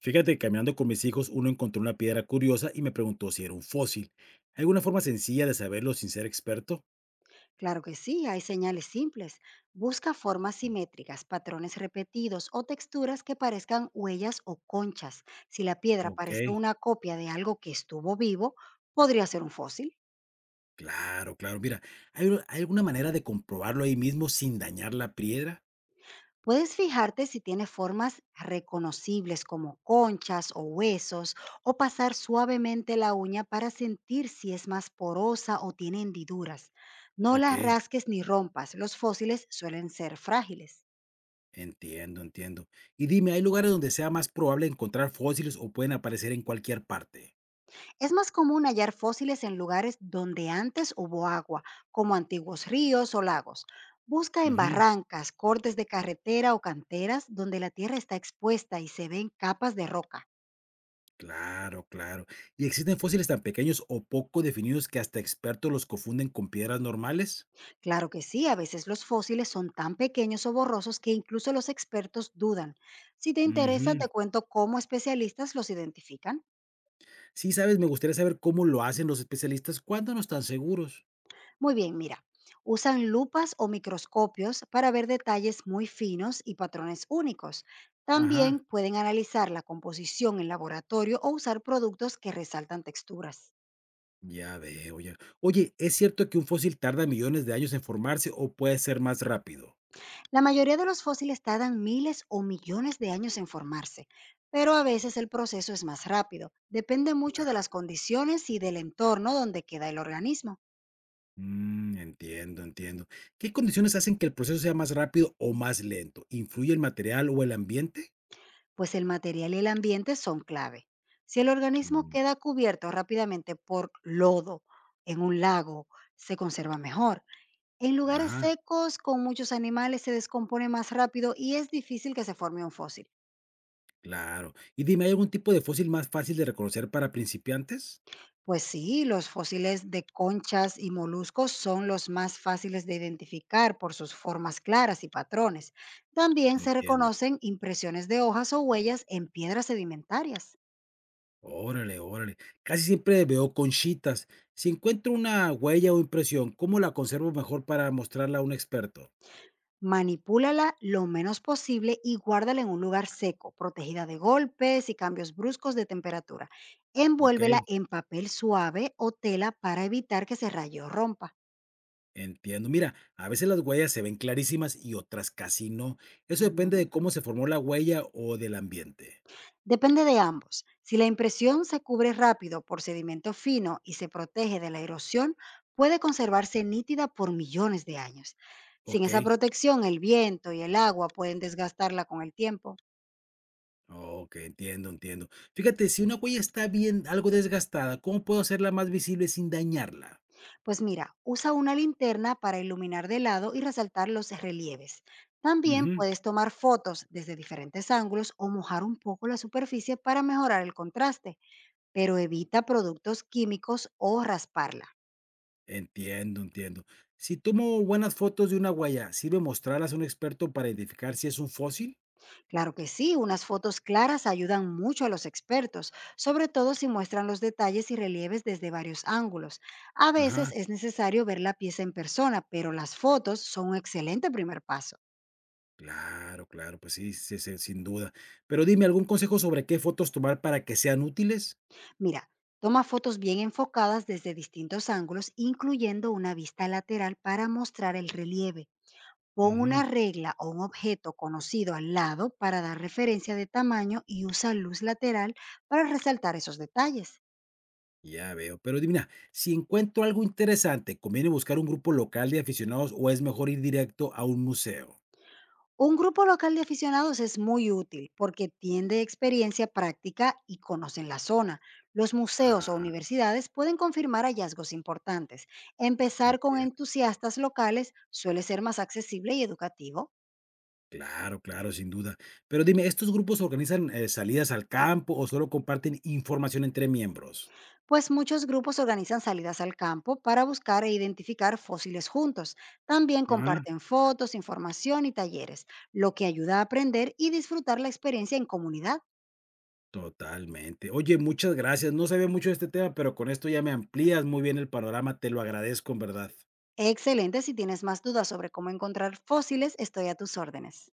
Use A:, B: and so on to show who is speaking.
A: Fíjate, que caminando con mis hijos, uno encontró una piedra curiosa y me preguntó si era un fósil. ¿Hay alguna forma sencilla de saberlo sin ser experto?
B: Claro que sí, hay señales simples. Busca formas simétricas, patrones repetidos o texturas que parezcan huellas o conchas. Si la piedra
A: Ok,
B: parece una copia de algo que estuvo vivo, podría ser un fósil.
A: claro, claro. Mira, ¿ hay alguna manera de comprobarlo ahí mismo sin dañar la piedra?
B: Puedes fijarte si tiene formas reconocibles como conchas o huesos o pasar suavemente la uña para sentir si es más porosa o tiene hendiduras. No
A: Ok,
B: las rasques ni rompas, los fósiles suelen ser frágiles.
A: entiendo, entiendo. Y dime, ¿hay lugares donde sea más probable encontrar fósiles o pueden aparecer en cualquier parte?
B: Es más común hallar fósiles en lugares donde antes hubo agua, como antiguos ríos o lagos. Busca en
A: Ujú,
B: barrancas, cortes de carretera o canteras donde la tierra está expuesta y se ven capas de roca.
A: claro, claro. ¿Y existen fósiles tan pequeños o poco definidos que hasta expertos los confunden con piedras normales?
B: Claro que sí, a veces los fósiles son tan pequeños o borrosos que incluso los expertos dudan. Si te interesa,
A: Ujú,
B: te cuento cómo especialistas los identifican.
A: sí, ¿sabes? Me gustaría saber cómo lo hacen los especialistas cuando no están seguros.
B: Muy bien, mira. Usan lupas o microscopios para ver detalles muy finos y patrones únicos. También
A: Ajá,
B: pueden analizar la composición en laboratorio o usar productos que resaltan texturas.
A: ya veo, ya. Oye, ¿es cierto que un fósil tarda millones de años en formarse o puede ser más rápido?
B: La mayoría de los fósiles tardan miles o millones de años en formarse, pero a veces el proceso es más rápido. Depende mucho de
A: Claro.
B: las condiciones y del entorno donde queda el organismo.
A: Mm, entiendo, entiendo. ¿Qué condiciones hacen que el proceso sea más rápido o más lento? ¿Influye el material o el ambiente?
B: Pues el material y el ambiente son clave. Si el organismo
A: Mm,
B: queda cubierto rápidamente por lodo en un lago, se conserva mejor. En lugares
A: ajá,
B: secos con muchos animales se descompone más rápido y es difícil que se forme un fósil.
A: claro. Y dime, ¿hay algún tipo de fósil más fácil de reconocer para principiantes?
B: Pues sí, los fósiles de conchas y moluscos son los más fáciles de identificar por sus formas claras y patrones. También se
A: Entiendo.
B: reconocen impresiones de hojas o huellas en piedras sedimentarias.
A: Órale, órale. Casi siempre veo conchitas. Si encuentro una huella o impresión, ¿cómo la conservo mejor para mostrarla a un experto?
B: Manipúlala lo menos posible y guárdala en un lugar seco, protegida de golpes y cambios bruscos de temperatura.
A: Ok,
B: Envuélvela en papel suave o tela para evitar que se raye o rompa.
A: entiendo. Mira, a veces las huellas se ven clarísimas y otras casi no. Eso depende de
B: Mm.
A: cómo se formó la huella o del ambiente.
B: Depende de ambos. Si la impresión se cubre rápido por sedimento fino y se protege de la erosión, puede conservarse nítida por millones de años. Sin
A: Ok,
B: esa protección, el viento y el agua pueden desgastarla con el tiempo.
A: ok, entiendo, entiendo. Fíjate, si una huella está bien, algo desgastada, ¿cómo puedo hacerla más visible sin dañarla?
B: Pues mira, usa una linterna para iluminar de lado y resaltar los relieves. También
A: Ujú.
B: puedes tomar fotos desde diferentes ángulos o mojar un poco la superficie para mejorar el contraste, pero evita productos químicos o rasparla.
A: Entiendo, entiendo. Si tomo buenas fotos de una huella, ¿sirve mostrarlas a un experto para identificar si es un fósil?
B: Claro que sí, unas fotos claras ayudan mucho a los expertos, sobre todo si muestran los detalles y relieves desde varios ángulos. A veces
A: Ajá,
B: es necesario ver la pieza en persona, pero las fotos son un excelente primer paso.
A: claro, claro, pues sí, sí, sí, sin duda. Pero dime, ¿algún consejo sobre qué fotos tomar para que sean útiles?
B: Mira, toma fotos bien enfocadas desde distintos ángulos, incluyendo una vista lateral para mostrar el relieve. Pon una
A: Ujú,
B: regla o un objeto conocido al lado para dar referencia de tamaño y usa luz lateral para resaltar esos detalles.
A: ya veo. Pero dime, mira, si encuentro algo interesante, ¿conviene buscar un grupo local de aficionados o es mejor ir directo a un museo?
B: Un grupo local de aficionados es muy útil porque tiende experiencia práctica y conocen la zona. Los museos o
A: Ah,
B: universidades pueden confirmar hallazgos importantes. Empezar con
A: entiendo.
B: entusiastas locales suele ser más accesible y educativo.
A: Claro, claro, sin duda. Pero dime, ¿estos grupos organizan salidas al campo o solo comparten información entre miembros?
B: Pues muchos grupos organizan salidas al campo para buscar e identificar fósiles juntos. También
A: Ajá.
B: comparten fotos, información y talleres, lo que ayuda a aprender y disfrutar la experiencia en comunidad.
A: Totalmente. Oye, muchas gracias. No sabía mucho de este tema, pero con esto ya me amplías muy bien el panorama. Te lo agradezco en verdad.
B: Excelente, si tienes más dudas sobre cómo encontrar fósiles, estoy a tus órdenes.